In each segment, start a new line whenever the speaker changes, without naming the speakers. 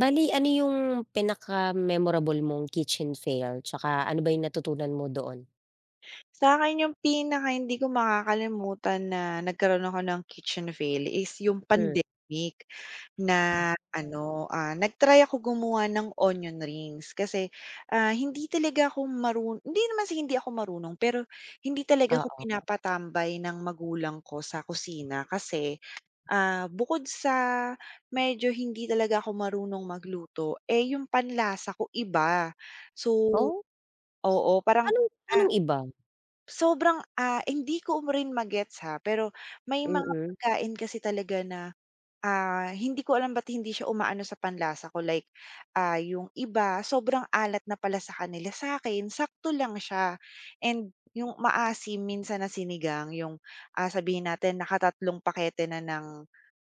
Bali ano yung pinaka-memorable mong kitchen fail tsaka ano ba yung natutunan mo doon?
Sa Sa'kin yung pinaka hindi ko makakalimutan na nagkaroon ako ng kitchen fail is yung
Hmm.
pandemic na
Oo.
ano, nag-try ako gumawa ng onion rings kasi, hindi talaga ako hindi naman sa hindi ako marunong pero hindi talaga ako
Oo.
pinapatambay ng magulang ko sa kusina kasi, bukod sa medyo hindi talaga ako marunong magluto, eh, yung panlasa ko iba. So
Oh,
oo, parang,
anong
ah
anong iba?
sobrang, hindi ko rin ma-gets ha, pero may mga
Mm.
pagkain kasi talaga na, hindi ko alam ba't hindi siya umaano sa panlasa ko, like, yung iba sobrang alat na pala sa kanila, sa'kin sakto lang siya, and yung maasim minsan na sinigang yung, sabihin natin nakatatlong pakete na ng,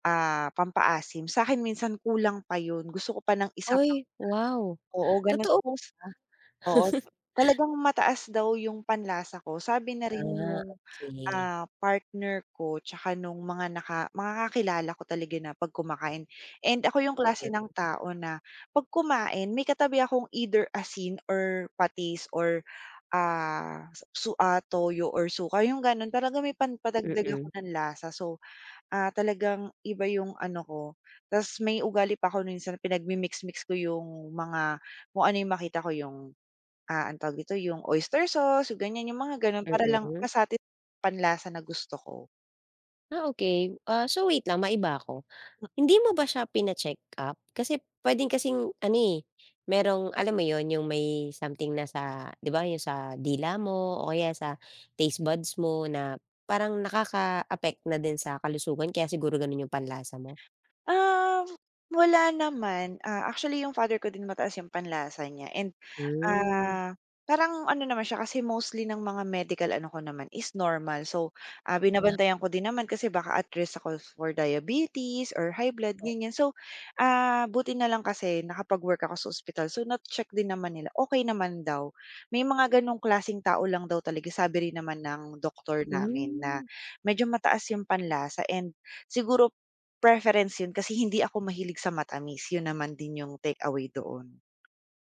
pampaasim. Sa akin minsan kulang pa yun, gusto ko pa ng isa pa.
Uy, wow!
Oo, gano'n.
Totoo.
Oo, talagang mataas daw yung panlasa ko sabi na rin
Ah,
nung
okey.
Partner ko tsaka nung mga kakilala ko talaga na 'pag kumakain, and ako yung klase ng tao na 'pag kumain may katabi akong either asin or patis or, toyo or suka, yung gano'n talagang may
Mm,
padagdag ako
mm,
ng lasa. So, talagang iba yung ano ko. Ta's may ugali pa ako minsan pinagmi-mix-mix ko yung mga kung ano yung makita ko, yung anong tawag dito, yung oyster sauce, yung ganyan, yung mga gano'n para lang
mm.
ma-satis panlasa na gusto ko.
Okey. So wait lang maiba ako. Hindi mo ba siya pina-check-up? Kasi puwedeng kasing ano, eh, merong alam mo 'yun, yung may something na sa 'di ba yung sa dila mo o kaya sa taste buds mo na parang nakaka-affect na din sa kalusugan kaya siguro gano'n yung panlasa mo?
Um, wala naman. Actually yung father ko din mataas yung panlasa niya. And,
Hmm.
ah, parang ano naman siya kasi mostly ng mga medical ano ko naman is normal. So,
Yeah.
binabantayan ko din naman kasi baka at risk ako for diabetes or high blood, ganyan. So, buti na lang kasi nakapag-work ako sa ospital. So, na-check din naman nila, okay naman daw. May mga ganong klasing tao lang daw talaga, sabi rin naman ng doktor namin na
Hmm.
medyo mataas yung panlasa, and siguro preference yun kasi hindi ako mahilig sa matamis, yun naman din yung take away doon.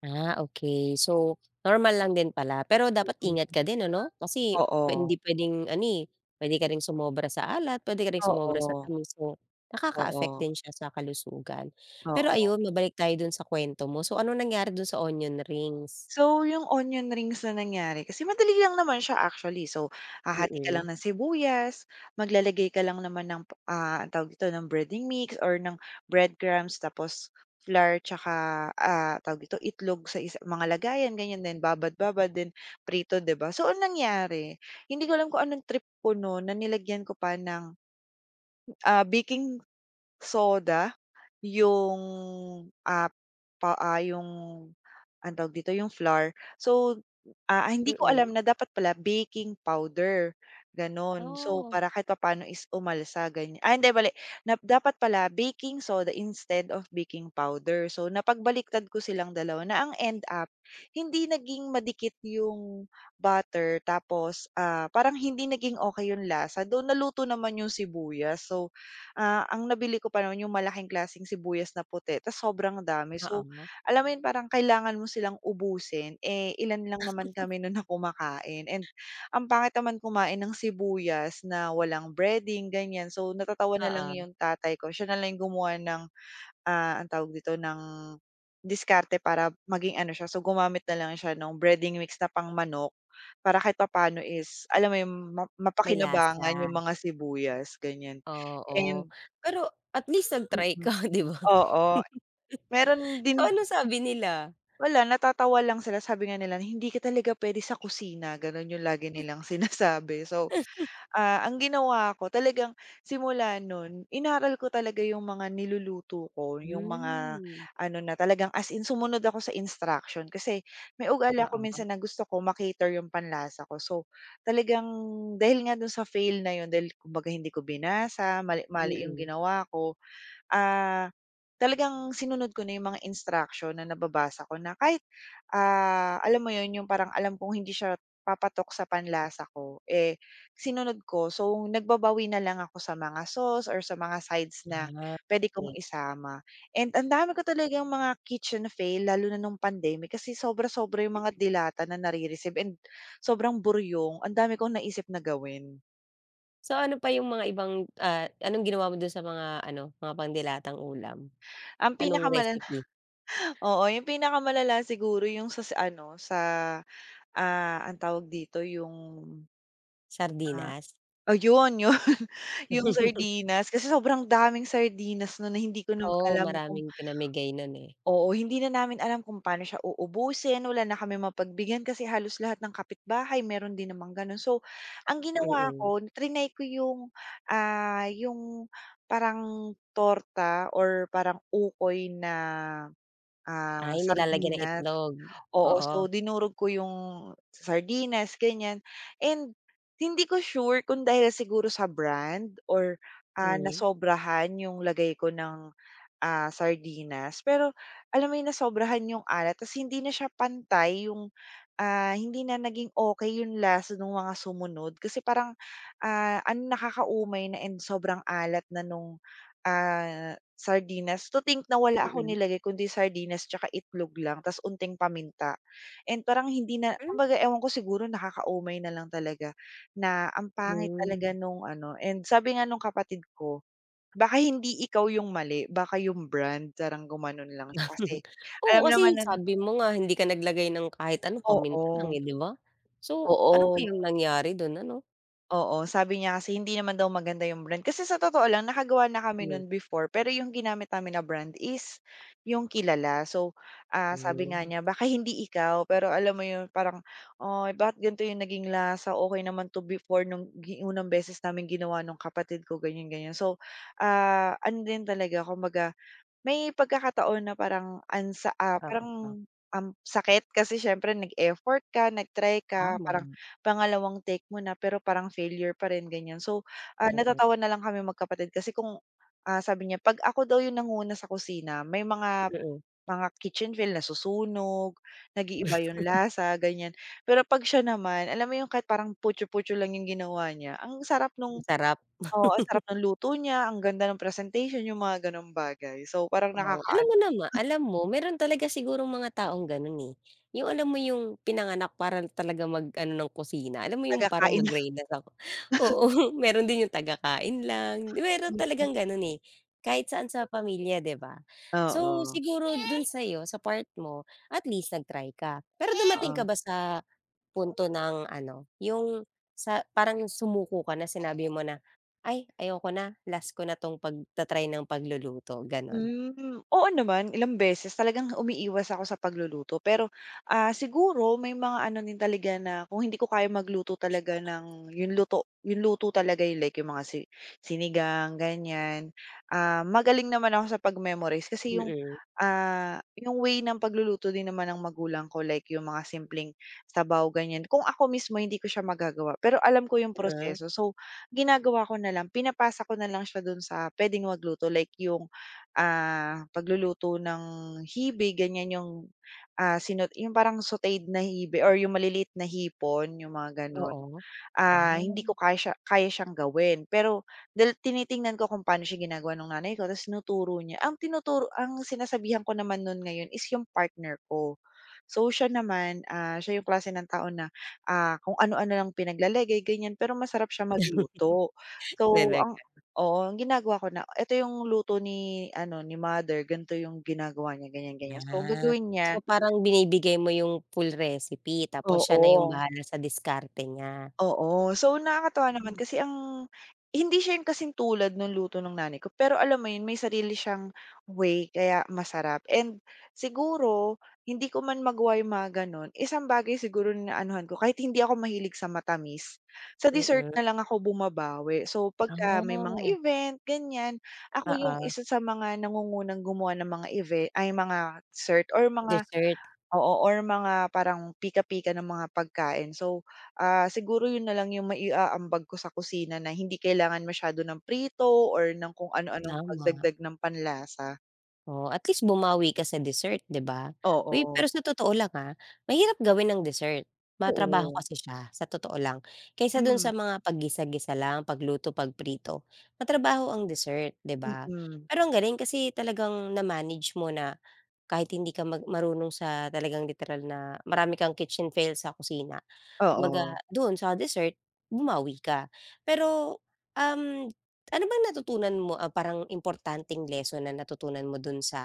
Okay. So, normal lang din pala. Pero dapat ingat
Mm,
ka din ano? Kasi
oo,
hindi puwedeng pwede ka ring sumobra sa alat, pwede ka ring sumobra sa
oo,
tamis. So, nakaka-affect
oo,
din siya sa kalusugan. Pero
oo.
ayun, mabalik tayo dun sa kuwento mo. So, ano nangyari dun sa onion rings?
So, yung onion rings na nangyari kasi madali lang naman siya actually. So, hahati ka lang
Mm,
ng sibuyas, maglalagay ka lang naman ng, ang tawag dito ng breading mix or ng breadcrumbs, tapos flour tsaka, tawag dito itlog, sa isa mga lagayan ganyan din, babad-babad, then prito, 'di ba? So, ang nangyari, hindi ko alam kung anong trip ko nun na nilagyan ko pa ng baking soda, yung, ah, yung anong tawag dito, yung flour. So, hindi ko alam
mm.
na dapat pala baking powder, gano'n. So,
Oh,
para kahit papaano is umalsa, ganyan. Ah, hindi, mali, na dapat pala baking soda instead of baking powder. So, napagbaliktad ko silang dalawa na ang end up, hindi naging madikit yung butter, tapos, parang hindi naging okey yung lasa, though naluto naman yung sibuyas. So, ang nabili ko pa naman yung malaking klaseng sibuyas na puti ta's sobrang dami. So,
oo,
alam mo yun, parang kailangan mo silang ubusin, eh, ilan lang, mm, naman kami nun na kumakain, and ang pangit naman kumain ng sibuyas na walang breading, ganyan. So, natatawa na lang
oo.
yung tatay ko, siya na lang yung gumawa ng, anong tawag dito, ng diskarte para maging ano siya, so gumamit na lang siya ng breading mix na pang manok para kahit papaano is alam mo yung
May
mapakinabangan
lasa,
yung mga sibuyas, ganyan.
oo.
And
Pero at least nag-try
mm,
ka, 'di ba?
oo. Meron din.
So, ano sabi nila?
Wala, natatawa lang sila. Sabi nga nila, "Hindi ka talaga puwede sa kusina." Gano'n 'yung lagi nilang sinasabi. So, ang ginawa ko, talagang simula no'n, inaral ko talaga 'yung mga niluluto ko, 'yung mga
Hmm,
ano na talagang as in sumunod ako sa instruction. Kasi may ugali ako
oo,
minsan na gusto ko 'yung panlasa ko. So, talagang dahil nga do'n sa fail na 'yun, dahil kumbaga hindi ko binasa, mali mali 'yung
mm.
ginawa ko, Ah, talagang sinunod ko na yung mga instruction na nababasa ko na kahit, alam mo yun, yung parang alam kong hindi siya papatok sa panlasa ko, eh, sinunod ko. So, nagbabawi na lang ako sa mga sauce or sa mga sides na
Ah,
puwede kong
okey.
isama. And ang dami ko talagang mga kitchen fail lalo na nung pandemic kasi sobra-sobra yung mga dilata na nare-receive, and sobrang buryong, ang dami kong naisip na gawin.
So ano pa yung mga ibang, anong ginawa mo dun sa mga ano, mga pangdilatang ulam?
Ang
Anong
pinakamalala
recipe?
oo, yung pinakamalala siguro yung sa ano, sa ang tawag dito yung, ah,
Sardinas?
ayun yun, yun. Yung sardinas kasi sobrang daming sardinas, no, na hindi ko na
Oo,
alam kung,
maraming pinamigay nun, eh.
oo, hindi na namin alam kung paano siya uubusin, wala na kami mapagbigyan kasi halos lahat ng kapitbahay meron din naman ganun. So, ang ginawa
Mm.
ko, triny ko yung, yung parang torta or parang ukoy na,
Ay, nilalagyan ng
sardinas.
itlog.
Oo,
Oo.
so dinurog ko yung sardinas, ganyan. And hindi ko sure kung dahil siguro sa brand or,
Hmm.
nasobrahan yung lagay ko ng sardinas. Pero alam mo yun, nasobrahan yung alat ta's hindi na siya pantay yung, hindi na naging okay yung lasa ng mga sumunod kasi parang, ang nakakaumay na, and sobrang alat na nung, sardinas. To think na wala akong
Mm.
nilagay kundi sardinas tsaka itlog lang ta's unting paminta, and parang hindi na,
Hmm?
kumbaga ewan ko, siguro nakakaumay na lang talaga na ang pangit
Hmm.
talaga nung ano. And sabi nga nung kapatid ko, baka hindi ikaw yung mali, baka yung brand, parang gumanon lang siya kasi
Oo,
alam naman
kasi
na,
sabi mo nga hindi ka naglagay ng kahit ano, paminta lang,
oo,
eh, 'di ba? So, ano
oo,
kayang nangyari dun ano?
oo. Sabi niya kasi hindi naman daw maganda yung brand. Kasi sa totoo lang nakagawa na kami
Hmm.
nun before, pero yung ginamit namin na brand is yung kilala. So, sabi nga
Hmm.
niya, "Baka hindi ikaw," pero alam mo yun, parang, "Ay bakit ganito yung naging lasa, okey naman 'to before nung unang beses namin ginawa nung kapatid ko," ganyan, ganyan. So, ano din talaga, kumbaga may pagkakataon na parang
Oo,
parang ang sakit kasi siyempre nag-effort ka, nag-try ka,
tama.
parang pangalawang take mo na pero parang failure pa rin, ganyan. So,
Mm.
natatawa na lang kami magkapatid kasi kung, sabi niya, 'pag ako daw yung nanguna sa kusina may mga
Mm.
kitchen fill nasusunog, nag-iiba yung lasa, ganyan. Pero 'pag siya naman, alam mo yung kahit parang putyo-putyo lang yung ginawa niya, ang sarap nung,
Masarap.
oo, ang sarap ng luto niya, ang ganda ng presentation, yung mga gano'ng bagay. So, parang
Oo, alam
nakakaano,
mo naman alam mo meron talaga sigurong mga taong gano'n, eh. Yung alam mo yung pinanganak para talaga mag-ano ng kusina, alam mo yung parang
tagakain lang.
mag-reyna sa oo, meron din yung taga-kain lang, meron talagang gano'n, eh, kahit saan sa pamilya, 'di ba? So,
Oo,
siguro dun sa'yo, sa part mo, at least nag-try ka. Pero dumating ka
oo.
ba sa punto ng ano, yung sa parang sumuko ka na sinabi mo na, "Ay, ayoko na, last ko na 'tong pagta-try ng pagluluto," gano'n?
Hmm, oo naman, ilang beses talagang umiiwas ako sa pagluluto. Pero, siguro may mga ano din talaga na kung hindi ko kaya magluto talaga ng yung luto talaga, yung like yung mga sinigang, ganyan. Ah, magaling naman ako sa pag-memorize kasi yung,
Mm,
yung way ng pagluluto din naman ng magulang ko, like yung mga simpleng sabaw, ganyan. Kung ako mismo hindi ko siya magagawa, pero alam ko yung
mm,
proseso. So, ginagawa ko na lang, pinapasa ko na lang siya dun sa puwedeng magluto, like yung pagluluto ng hibe, ganyan yung, ah, sinu yung parang sauteed na hibe or yung maliliit na hipon, yung mga gano'n.
oo. Ah.
Ah, hindi ko kaya siyang gawin. Pero dahil tinitingnan ko kung paano siya ginagawa nung nanay ko, tapos tinuturo niya. Ang tinuturo, ang sinasabihan ko naman nun ngayon is yung partner ko. So siya naman, siya yung klase ng tao na, kung ano-ano lang pinaglalagay ganyan, pero masarap siya magluto. So
Talaga.
ang, oo, ang ginagawa ko na, eto yung luto ni ano, ni mother, ganito yung ginagawa niya, ganyan, ganyan. So
Ah.
gagawin
So,
niya,
parang binibigay mo yung full recipe tapos siya na
oo.
yung bahala sa diskarte niya.
Oo. So, nakakatuwa naman
Hmm,
kasi ang hindi siya yung kasing tulad nung luto ng nanay ko, pero alam mo yun, may sarili siyang way kaya masarap. And siguro, hindi ko man magawa yung mga gano'n, isang bagay siguro na naanuhan ko, kahit hindi ako mahilig sa matamis, sa dessert
mm.
na lang ako bumabawi. So,
Ah,
pagka may mga
oo.
event, ganyan, ako yung isa sa mga nangungunang gumawa ng mga event ay mga dessert or mga,
Dessert,
oo, or mga parang pika-pika ng mga pagkain. So, siguro yun na lang yung maiaambag ko sa kusina na hindi kailangan masyado ng prito or ng kung ano-anong
tama.
pagdagdag ng panlasa.
Oh at least bumawi ka sa dessert, 'di ba? Uy,
Oo,
pero sa totoo lang, mahirap gawin ang dessert, matrabaho
oo.
kasi siya, sa totoo lang. Kaysa dun
Hmm,
sa mga paggisa-gisa lang, pagluto, pagprito, matrabaho ang dessert, 'di ba?
mm.
Pero ang galing kasi talagang na-manage mo na kahit hindi ka marunong sa talagang literal na marami kang kitchen fail sa kusina. Kumbaga
Oo.
doon sa dessert, bumawi ka. Pero, um, ano bang natutunan mo, parang importanteng lesson na natutunan mo dun sa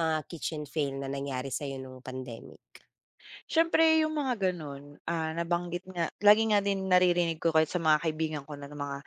mga kitchen fail na nangyari sa'yo nung pandemic?
Siyempre yung mga gano'n, nabanggit nga, lagi nga din naririnig ko kahit sa mga kaibigan ko na mga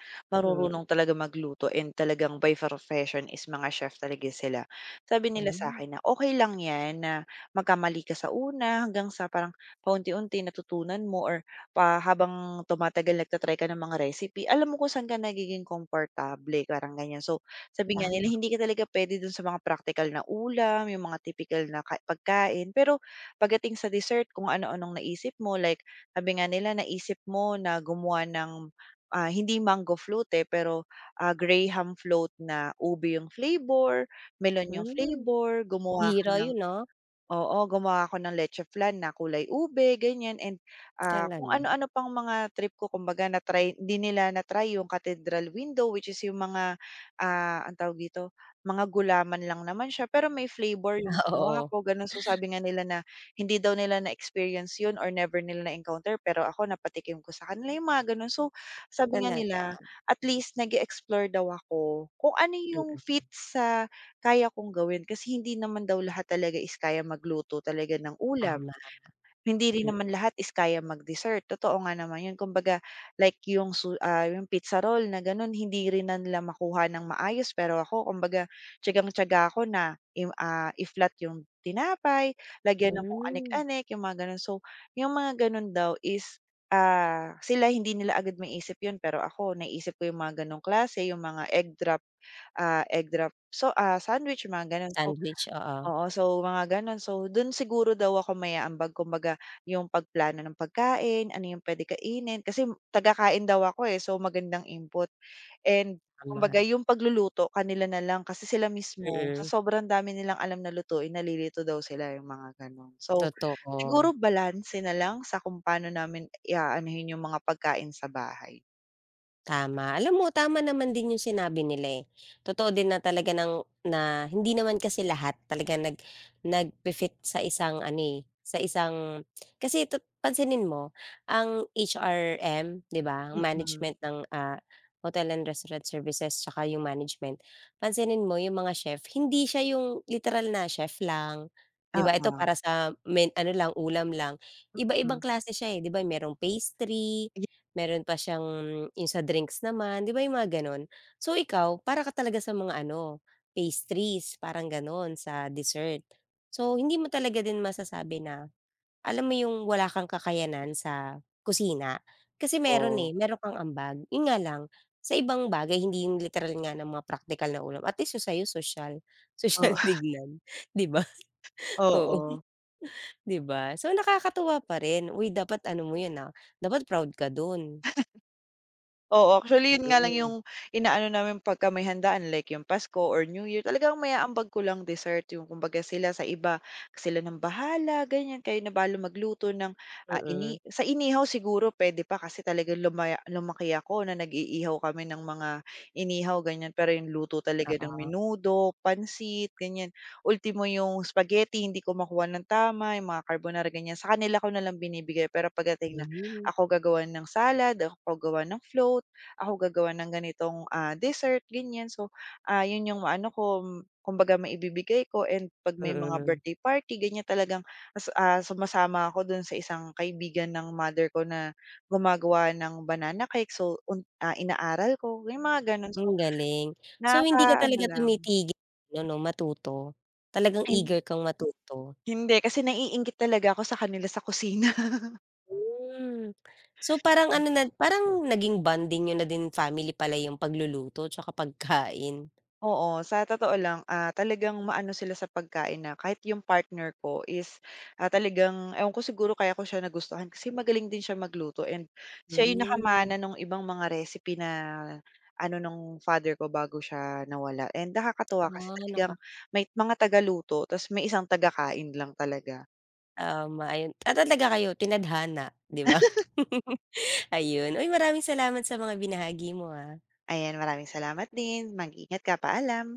Mm,
marurunong talaga magluto, and talagang by profession is mga chef talaga sila. Sabi nila sa
hmm,
akin na okay lang 'yan na magkamali ka sa una hanggang sa parang paunti-unti natutunan mo, or habang tumatagal ka ng mga recipe, alam mo kung saan ka nagiging komportable, parang ganyan. So, sabi nga nila
tama,
hindi ka talaga puwede dun sa mga practical na ulam, yung mga tipikal na pagkain, pero pagdating sa dessert kung ano-anong naisip mo, like sabi nga nila naisip mo na gumawa ng, hindi mango float, eh, pero, graham float na ube yung flavor, melon yung
hmm.
flavor, gumawa ka
Bihira
ng,
yun, ah.
oo, gumawa ako ng leche flan na kulay ube, ganyan, and, kung
Talaga,
ano-ano pang mga trip ko kumbaga na-try, hindi nila na-try yung cathedral window which is yung mga, anong tawag dito, mga gulaman lang naman siya pero may flavor yung ginawa
oo,
ko gano'n. So, sabi nga nila na hindi daw nila na-experience 'yun or never nila na-encounter, pero ako napatikim ko sa kanila yung mga gano'n. So, sabi nga
talaga,
nila at least nag explore daw ako kung ano yung
mm,
fit sa kaya kong gawin kasi hindi naman daw lahat talaga is kaya magluto talaga ng ulam.
tama,
Hindi rin naman
mm.
lahat is kayang mag-dessert, totoo nga naman 'yun. Kumbaga like yung yung pizza roll na gano'n hindi rin na nila makuha ng maayos, pero ako kumbaga tiyagang-tiyaga ako na i-flat yung tinapay, lagyan ng kung
Hmm,
anik-anik, yung mga gano'n. So, yung mga gano'n daw is, sila hindi nila agad maisip 'yun, pero ako naisip ko yung mga gano'ng klase, yung mga egg drop, egg drop sandwich, mga gano'n. So,
sandwich, oo,
oo, so mga gano'n. So do'n siguro daw ako may-aambag, kumbaga yung pagplano ng pagkain, ano yung puwede kainin kasi taga-kain daw ako, eh, so magandang input, and
tama,
kumbaga yung pagluluto kanila na lang kasi sila mismo sa
mm,
sobrang dami nilang alam na lutuin nalilito daw sila, yung mga gano'n. So
totoo.
siguro balanse na lang sa kung paano namin i-aanuhin yung mga pagkain sa bahay.
Tama. Alam mo tama naman din yung sinabi nila, eh. Totoo din na talaga ng na hindi naman kasi lahat talaga nag nag fit sa isang ano, eh, sa isang kasi pansinin mo ang HRM, 'di ba, ang
Mm-mm.
management ng, hotel and restaurant services tsaka yung management, pansinin mo yung mga chef hindi siya yung literal na chef lang, 'di ba? Ito
Oo.
para sa ano lang, ulam lang,
Mm, oo.
iba-ibang
Hmm,
klase siya, eh, 'di ba merong pastry,
yes.
meron pa siyang yung sa drinks naman, 'di ba yung mga gano'n? So ikaw, para ka talaga sa mga ano, pastries, parang gano'n, sa dessert. So hindi mo talaga din masasabi na alam mo yung wala kang kakayanan sa kusina? Kasi meron, eh, meron kang ambag. Yun nga lang, sa ibang bagay hindi yung literal nga na mga praktikal na ulam, at least yung sa'yo sosyal, sosyal
Oo,
tignan, 'di ba? Oo,
oo.
'di ba? So nakakatuwa pa rin. Uy, dapat ano mo yun, dapat proud ka dun.
Oo, actually yun nga lang
Mm,
yung inaano namin pagka may handaan like yung Pasko or New Year, talagang may aambag ko lang dessert, yung kumbaga sila sa iba, sila ng bahala ganyan, kayo na bahala magluto ng,
mm.
inihaw siguro puwede pa kasi talagang lumaki ako na nag-iihaw kami ng mga inihaw, ganyan, pero yung luto talaga ng
Oo,
menudo, pansit, ganyan. Ultimo yung spaghetti hindi ko makuha ng tama, yung mga carbonara ganyan, sa kanila ko nalang binibigay, pero pagdating na
hmm,
ako gagawa ng salad, ako gawa ng float, ako gagawa ng ganitong, dessert, ganyan. So, yun yung maano ko, kumbaga maibibigay ko, and 'pag may mga
mm.
birthday party ganyan talagang sumasama ako dun sa isang kaibigan ng mother ko na gumagawa ng banana cake. So, inaaral ko yung mga ganun. So,
Ang galing. So, hindi ka
nakakaano
talaga
lang.
tumitigil ano 'no, matuto? Talagang
Hin
eager kang matuto?
Hindi kasi naiinggit talaga ako sa kanila sa kusina.
Hmm. So, parang ano na parang naging bonding niyo na din family pala yung pagluluto tsaka pagkain?
Oo, sa totoo lang, talagang maano sila sa pagkain na kahit yung partner ko is, talagang ewan ko siguro kaya ko siya nagustuhan kasi magaling din siya magluto, and siya yung
Hmm.
nakamana ng ibang mga recipe na ano nung father ko bago siya nawala, and nakakatuwa kasi talagang
Ah,
may mga tagaluto tas may isang tagakain lang talaga.
nakakatama ayun. Ah, talaga kayo tinadhana, 'di ba? Ayun. Uy, maraming salamat sa mga binahagi mo, ah.
Ayan, maraming salamat din. Mag-ingat ka, paalam.